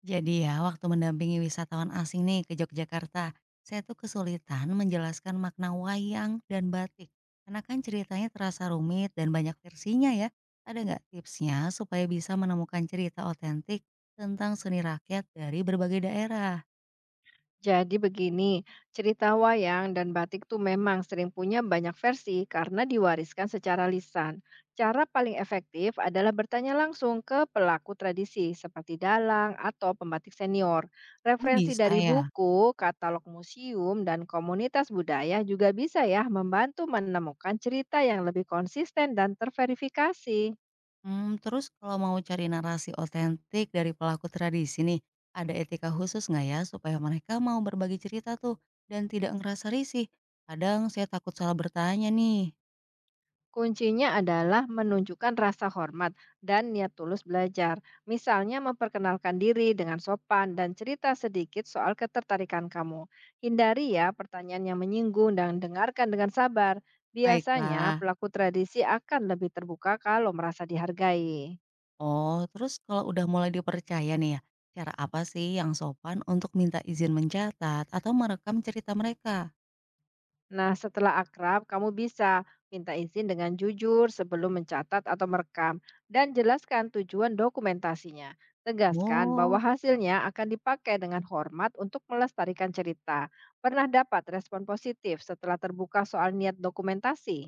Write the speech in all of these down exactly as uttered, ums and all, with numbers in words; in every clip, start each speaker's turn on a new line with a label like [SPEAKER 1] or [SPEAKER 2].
[SPEAKER 1] Jadi ya, waktu mendampingi wisatawan asing nih ke Yogyakarta, saya tuh kesulitan menjelaskan makna wayang dan batik. Karena kan ceritanya terasa rumit dan banyak versinya ya. Ada nggak tipsnya supaya bisa menemukan cerita otentik tentang seni rakyat dari berbagai daerah?
[SPEAKER 2] Jadi begini, cerita wayang dan batik tuh memang sering punya banyak versi karena diwariskan secara lisan. Cara paling efektif adalah bertanya langsung ke pelaku tradisi seperti dalang atau pembatik senior.
[SPEAKER 1] Oh
[SPEAKER 2] Referensi
[SPEAKER 1] bisa
[SPEAKER 2] dari
[SPEAKER 1] ya.
[SPEAKER 2] buku, katalog museum, dan komunitas budaya juga bisa ya membantu menemukan cerita yang lebih konsisten dan terverifikasi.
[SPEAKER 1] Hmm, terus kalau mau cari narasi otentik dari pelaku tradisi nih, ada etika khusus nggak ya supaya mereka mau berbagi cerita tuh dan tidak ngerasa risih? Kadang saya takut salah bertanya nih.
[SPEAKER 2] Kuncinya adalah menunjukkan rasa hormat dan niat tulus belajar. Misalnya memperkenalkan diri dengan sopan dan cerita sedikit soal ketertarikan kamu. Hindari ya pertanyaan yang menyinggung dan dengarkan dengan sabar. Biasanya
[SPEAKER 1] Baiklah.
[SPEAKER 2] pelaku tradisi akan lebih terbuka kalau merasa dihargai.
[SPEAKER 1] Oh, terus kalau udah mulai dipercaya nih ya, cara apa sih yang sopan untuk minta izin mencatat atau merekam cerita mereka?
[SPEAKER 2] Nah, setelah akrab, kamu bisa minta izin dengan jujur sebelum mencatat atau merekam dan jelaskan tujuan dokumentasinya. Tegaskan bahwa
[SPEAKER 1] Oh,
[SPEAKER 2] hasilnya akan dipakai dengan hormat untuk melestarikan cerita. Pernah dapat respon positif setelah terbuka soal niat dokumentasi?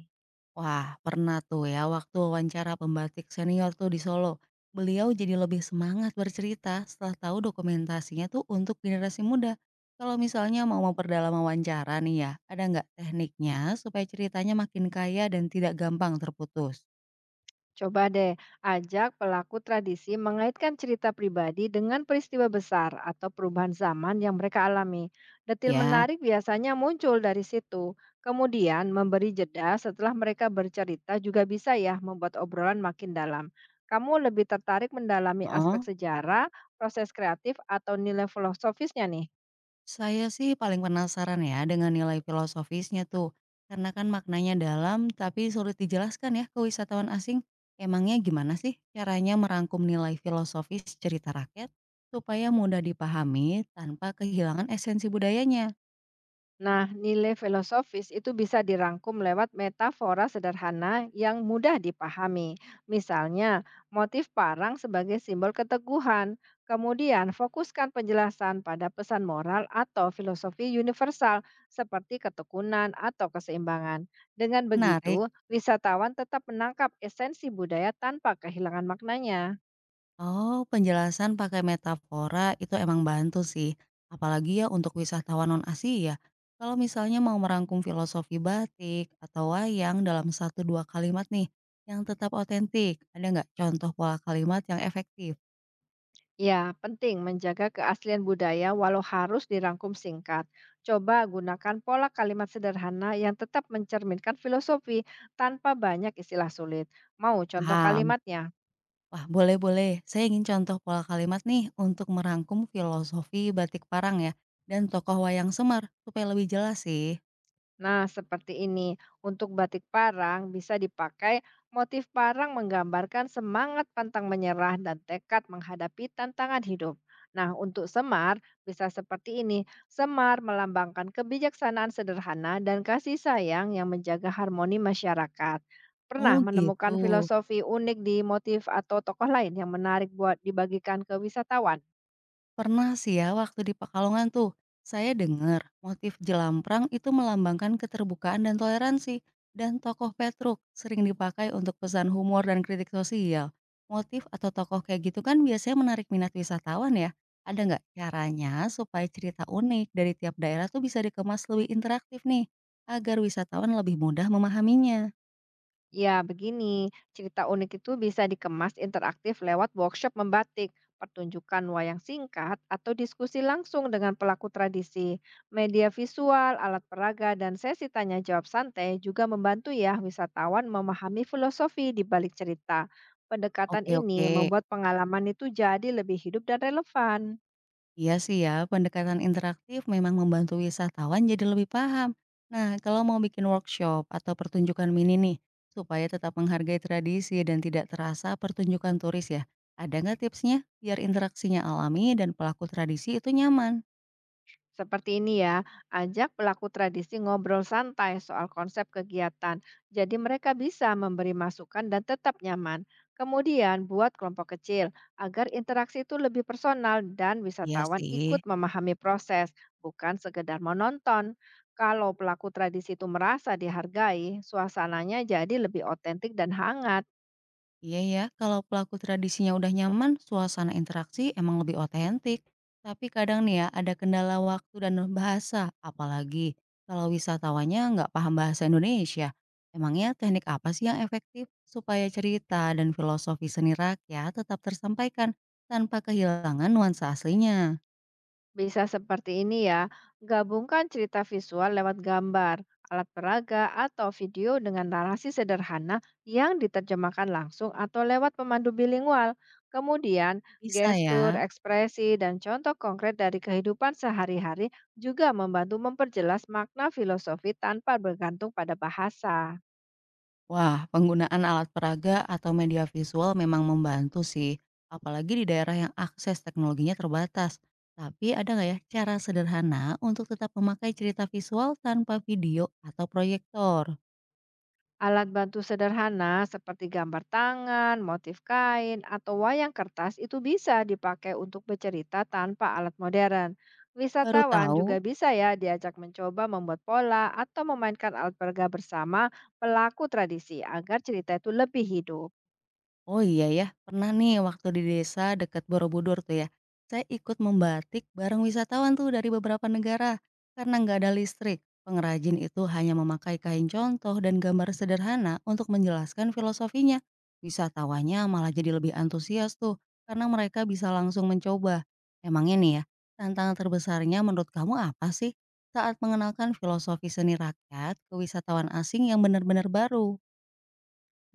[SPEAKER 1] wah pernah tuh ya waktu wawancara pembatik senior tuh di Solo. Beliau jadi lebih semangat bercerita setelah tahu dokumentasinya tuh untuk generasi muda. Kalau misalnya mau memperdalam wawancara nih ya, ada nggak tekniknya supaya ceritanya makin kaya dan tidak gampang terputus?
[SPEAKER 2] Coba deh ajak pelaku tradisi mengaitkan cerita pribadi dengan peristiwa besar atau perubahan zaman yang mereka alami. Detil
[SPEAKER 1] Ya,
[SPEAKER 2] menarik biasanya muncul dari situ. Kemudian memberi jeda setelah mereka bercerita juga bisa ya membuat obrolan makin dalam. Kamu lebih tertarik mendalami
[SPEAKER 1] heeh.
[SPEAKER 2] aspek sejarah, proses kreatif, atau nilai filosofisnya nih?
[SPEAKER 1] Saya sih paling penasaran ya dengan nilai filosofisnya tuh. Karena kan maknanya dalam tapi sulit dijelaskan ya ke wisatawan asing. Emangnya gimana sih caranya merangkum nilai filosofis cerita rakyat supaya mudah dipahami tanpa kehilangan esensi budayanya?
[SPEAKER 2] Nah, nilai filosofis itu bisa dirangkum lewat metafora sederhana yang mudah dipahami. Misalnya, motif parang sebagai simbol keteguhan. Kemudian, fokuskan penjelasan pada pesan moral atau filosofi universal seperti ketekunan atau keseimbangan. Dengan begitu,
[SPEAKER 1] Menarik.
[SPEAKER 2] wisatawan tetap menangkap esensi budaya tanpa kehilangan maknanya.
[SPEAKER 1] Oh, penjelasan pakai metafora itu emang bantu sih. Apalagi ya untuk wisatawan non-Asia. Kalau misalnya mau merangkum filosofi batik atau wayang dalam satu dua kalimat nih, yang tetap otentik, ada nggak contoh pola kalimat yang efektif?
[SPEAKER 2] Ya, penting menjaga keaslian budaya walau harus dirangkum singkat. Coba gunakan pola kalimat sederhana yang tetap mencerminkan filosofi tanpa banyak istilah sulit. Mau contoh
[SPEAKER 1] Paham.
[SPEAKER 2] kalimatnya?
[SPEAKER 1] Wah, boleh-boleh. Saya ingin contoh pola kalimat nih untuk merangkum filosofi batik parang ya, dan tokoh wayang Semar, supaya lebih jelas sih.
[SPEAKER 2] Nah, seperti ini. Untuk batik parang bisa dipakai motif parang menggambarkan semangat pantang menyerah dan tekad menghadapi tantangan hidup. Nah, untuk semar bisa seperti ini. Semar melambangkan kebijaksanaan sederhana dan kasih sayang yang menjaga harmoni masyarakat.
[SPEAKER 1] Oh
[SPEAKER 2] Pernah
[SPEAKER 1] gitu.
[SPEAKER 2] menemukan filosofi unik di motif atau tokoh lain yang menarik buat dibagikan ke wisatawan?
[SPEAKER 1] Pernah sih ya waktu di Pekalongan tuh, saya dengar motif jelamprang itu melambangkan keterbukaan dan toleransi, dan tokoh Petruk sering dipakai untuk pesan humor dan kritik sosial. Motif atau tokoh kayak gitu kan biasanya menarik minat wisatawan ya. Ada nggak caranya supaya cerita unik dari tiap daerah tuh bisa dikemas lebih interaktif nih, agar wisatawan lebih mudah memahaminya?
[SPEAKER 2] Ya, begini. Cerita unik itu bisa dikemas interaktif lewat workshop membatik, pertunjukan wayang singkat, atau diskusi langsung dengan pelaku tradisi. Media visual, alat peraga, dan sesi tanya jawab santai juga membantu ya wisatawan memahami filosofi di balik cerita. Pendekatan
[SPEAKER 1] Oke, oke.
[SPEAKER 2] ini membuat pengalaman itu jadi lebih hidup dan relevan.
[SPEAKER 1] Iya sih ya, pendekatan interaktif memang membantu wisatawan jadi lebih paham. Nah, kalau mau bikin workshop atau pertunjukan mini nih, supaya tetap menghargai tradisi dan tidak terasa pertunjukan turis ya, ada nggak tipsnya biar interaksinya alami dan pelaku tradisi itu nyaman?
[SPEAKER 2] Seperti ini ya, ajak pelaku tradisi ngobrol santai soal konsep kegiatan. Jadi mereka bisa memberi masukan dan tetap nyaman. Kemudian buat kelompok kecil agar interaksi itu lebih personal dan
[SPEAKER 1] Iya
[SPEAKER 2] wisatawan ikut
[SPEAKER 1] sih.
[SPEAKER 2] memahami proses, bukan sekedar menonton. Kalau pelaku tradisi itu merasa dihargai, suasananya jadi lebih otentik dan hangat.
[SPEAKER 1] Iya ya, kalau pelaku tradisinya udah nyaman, suasana interaksi emang lebih otentik. Tapi kadang nih ya, ada kendala waktu dan bahasa, apalagi kalau wisatawannya nggak paham bahasa Indonesia. Emangnya teknik apa sih yang efektif supaya cerita dan filosofi seni rakyat tetap tersampaikan tanpa kehilangan nuansa aslinya?
[SPEAKER 2] Bisa seperti ini ya, gabungkan cerita visual lewat gambar, alat peraga, atau video dengan narasi sederhana yang diterjemahkan langsung atau lewat pemandu bilingual. Kemudian,
[SPEAKER 1] Bisa
[SPEAKER 2] gestur,
[SPEAKER 1] ya.
[SPEAKER 2] ekspresi, dan contoh konkret dari kehidupan sehari-hari juga membantu memperjelas makna filosofi tanpa bergantung pada bahasa.
[SPEAKER 1] Wah, penggunaan alat peraga atau media visual memang membantu sih, apalagi di daerah yang akses teknologinya terbatas. Tapi ada nggak ya cara sederhana untuk tetap memakai cerita visual tanpa video atau proyektor?
[SPEAKER 2] Alat bantu sederhana seperti gambar tangan, motif kain, atau wayang kertas itu bisa dipakai untuk bercerita tanpa alat modern.
[SPEAKER 1] Baru
[SPEAKER 2] Wisatawan
[SPEAKER 1] tahu.
[SPEAKER 2] juga bisa ya diajak mencoba membuat pola atau memainkan alat peraga bersama pelaku tradisi agar cerita itu lebih hidup.
[SPEAKER 1] Oh iya ya, pernah nih waktu di desa dekat Borobudur tuh ya. Saya ikut membatik bareng wisatawan tuh dari beberapa negara. Karena nggak ada listrik, pengrajin itu hanya memakai kain contoh dan gambar sederhana untuk menjelaskan filosofinya. Wisatawannya malah jadi lebih antusias tuh, karena mereka bisa langsung mencoba. Emangnya nih ya, tantangan terbesarnya menurut kamu apa sih? Saat mengenalkan filosofi seni rakyat ke wisatawan asing yang benar-benar baru.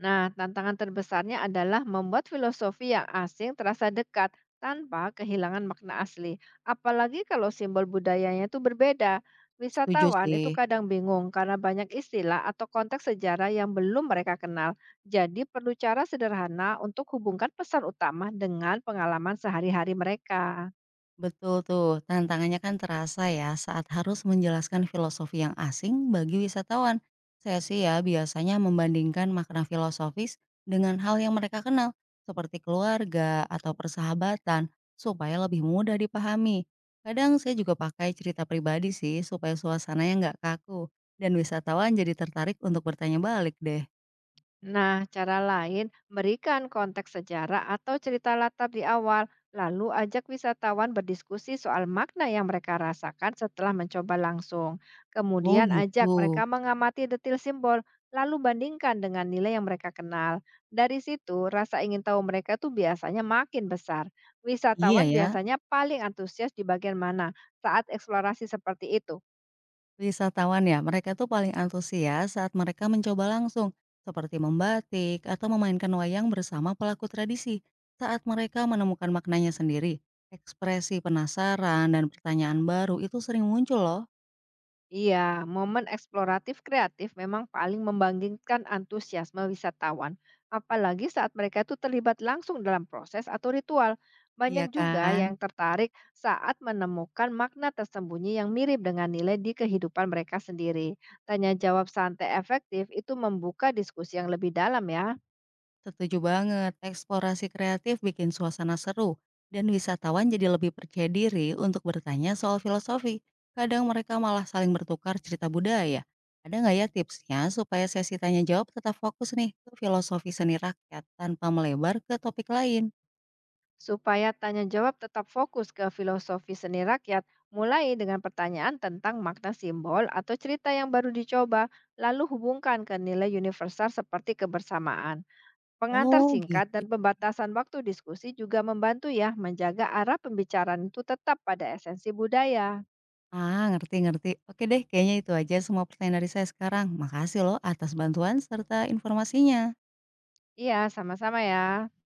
[SPEAKER 2] Nah, tantangan terbesarnya adalah membuat filosofi yang asing terasa dekat tanpa kehilangan makna asli. Apalagi kalau simbol budayanya itu berbeda.
[SPEAKER 1] Setuju
[SPEAKER 2] Wisatawan
[SPEAKER 1] sih.
[SPEAKER 2] itu kadang bingung karena banyak istilah atau konteks sejarah yang belum mereka kenal. Jadi perlu cara sederhana untuk hubungkan pesan utama dengan pengalaman sehari-hari mereka.
[SPEAKER 1] Betul tuh, tantangannya kan terasa ya saat harus menjelaskan filosofi yang asing bagi wisatawan. Saya sih ya biasanya membandingkan makna filosofis dengan hal yang mereka kenal, seperti keluarga atau persahabatan, supaya lebih mudah dipahami. Kadang saya juga pakai cerita pribadi sih, supaya suasananya nggak kaku, dan wisatawan jadi tertarik untuk bertanya balik deh.
[SPEAKER 2] Nah, cara lain, berikan konteks sejarah atau cerita latar di awal, lalu ajak wisatawan berdiskusi soal makna yang mereka rasakan setelah mencoba langsung.
[SPEAKER 1] Oh
[SPEAKER 2] Kemudian
[SPEAKER 1] gitu,
[SPEAKER 2] ajak mereka mengamati detail simbol, lalu bandingkan dengan nilai yang mereka kenal. Dari situ, rasa ingin tahu mereka tuh biasanya makin besar.
[SPEAKER 1] iya
[SPEAKER 2] Wisatawan
[SPEAKER 1] ya.
[SPEAKER 2] biasanya paling antusias di bagian mana saat eksplorasi seperti itu.
[SPEAKER 1] Wisatawan ya, mereka tuh paling antusias saat mereka mencoba langsung, seperti membatik atau memainkan wayang bersama pelaku tradisi. Saat mereka menemukan maknanya sendiri, ekspresi penasaran dan pertanyaan baru itu sering muncul loh,
[SPEAKER 2] Iya, momen eksploratif kreatif memang paling membangkitkan antusiasme wisatawan, apalagi saat mereka itu terlibat langsung dalam proses atau ritual.
[SPEAKER 1] iya
[SPEAKER 2] Banyak juga
[SPEAKER 1] kan?
[SPEAKER 2] yang tertarik saat menemukan makna tersembunyi yang mirip dengan nilai di kehidupan mereka sendiri. Tanya jawab santai efektif itu membuka diskusi yang lebih dalam ya.
[SPEAKER 1] Setuju banget, eksplorasi kreatif bikin suasana seru, dan wisatawan jadi lebih percaya diri untuk bertanya soal filosofi. Kadang mereka malah saling bertukar cerita budaya. Ada nggak ya tipsnya supaya sesi tanya jawab tetap fokus nih ke filosofi seni rakyat tanpa melebar ke topik lain?
[SPEAKER 2] Supaya tanya jawab tetap fokus ke filosofi seni rakyat, mulai dengan pertanyaan tentang makna simbol atau cerita yang baru dicoba, lalu hubungkan ke nilai universal seperti kebersamaan. Pengantar
[SPEAKER 1] Oh
[SPEAKER 2] singkat
[SPEAKER 1] gitu.
[SPEAKER 2] dan pembatasan waktu diskusi juga membantu ya menjaga arah pembicaraan itu tetap pada esensi budaya.
[SPEAKER 1] Ah ngerti-ngerti. Oke deh kayaknya itu aja semua pertanyaan dari saya sekarang. Makasih loh atas bantuan serta informasinya.
[SPEAKER 2] Iya, sama-sama ya.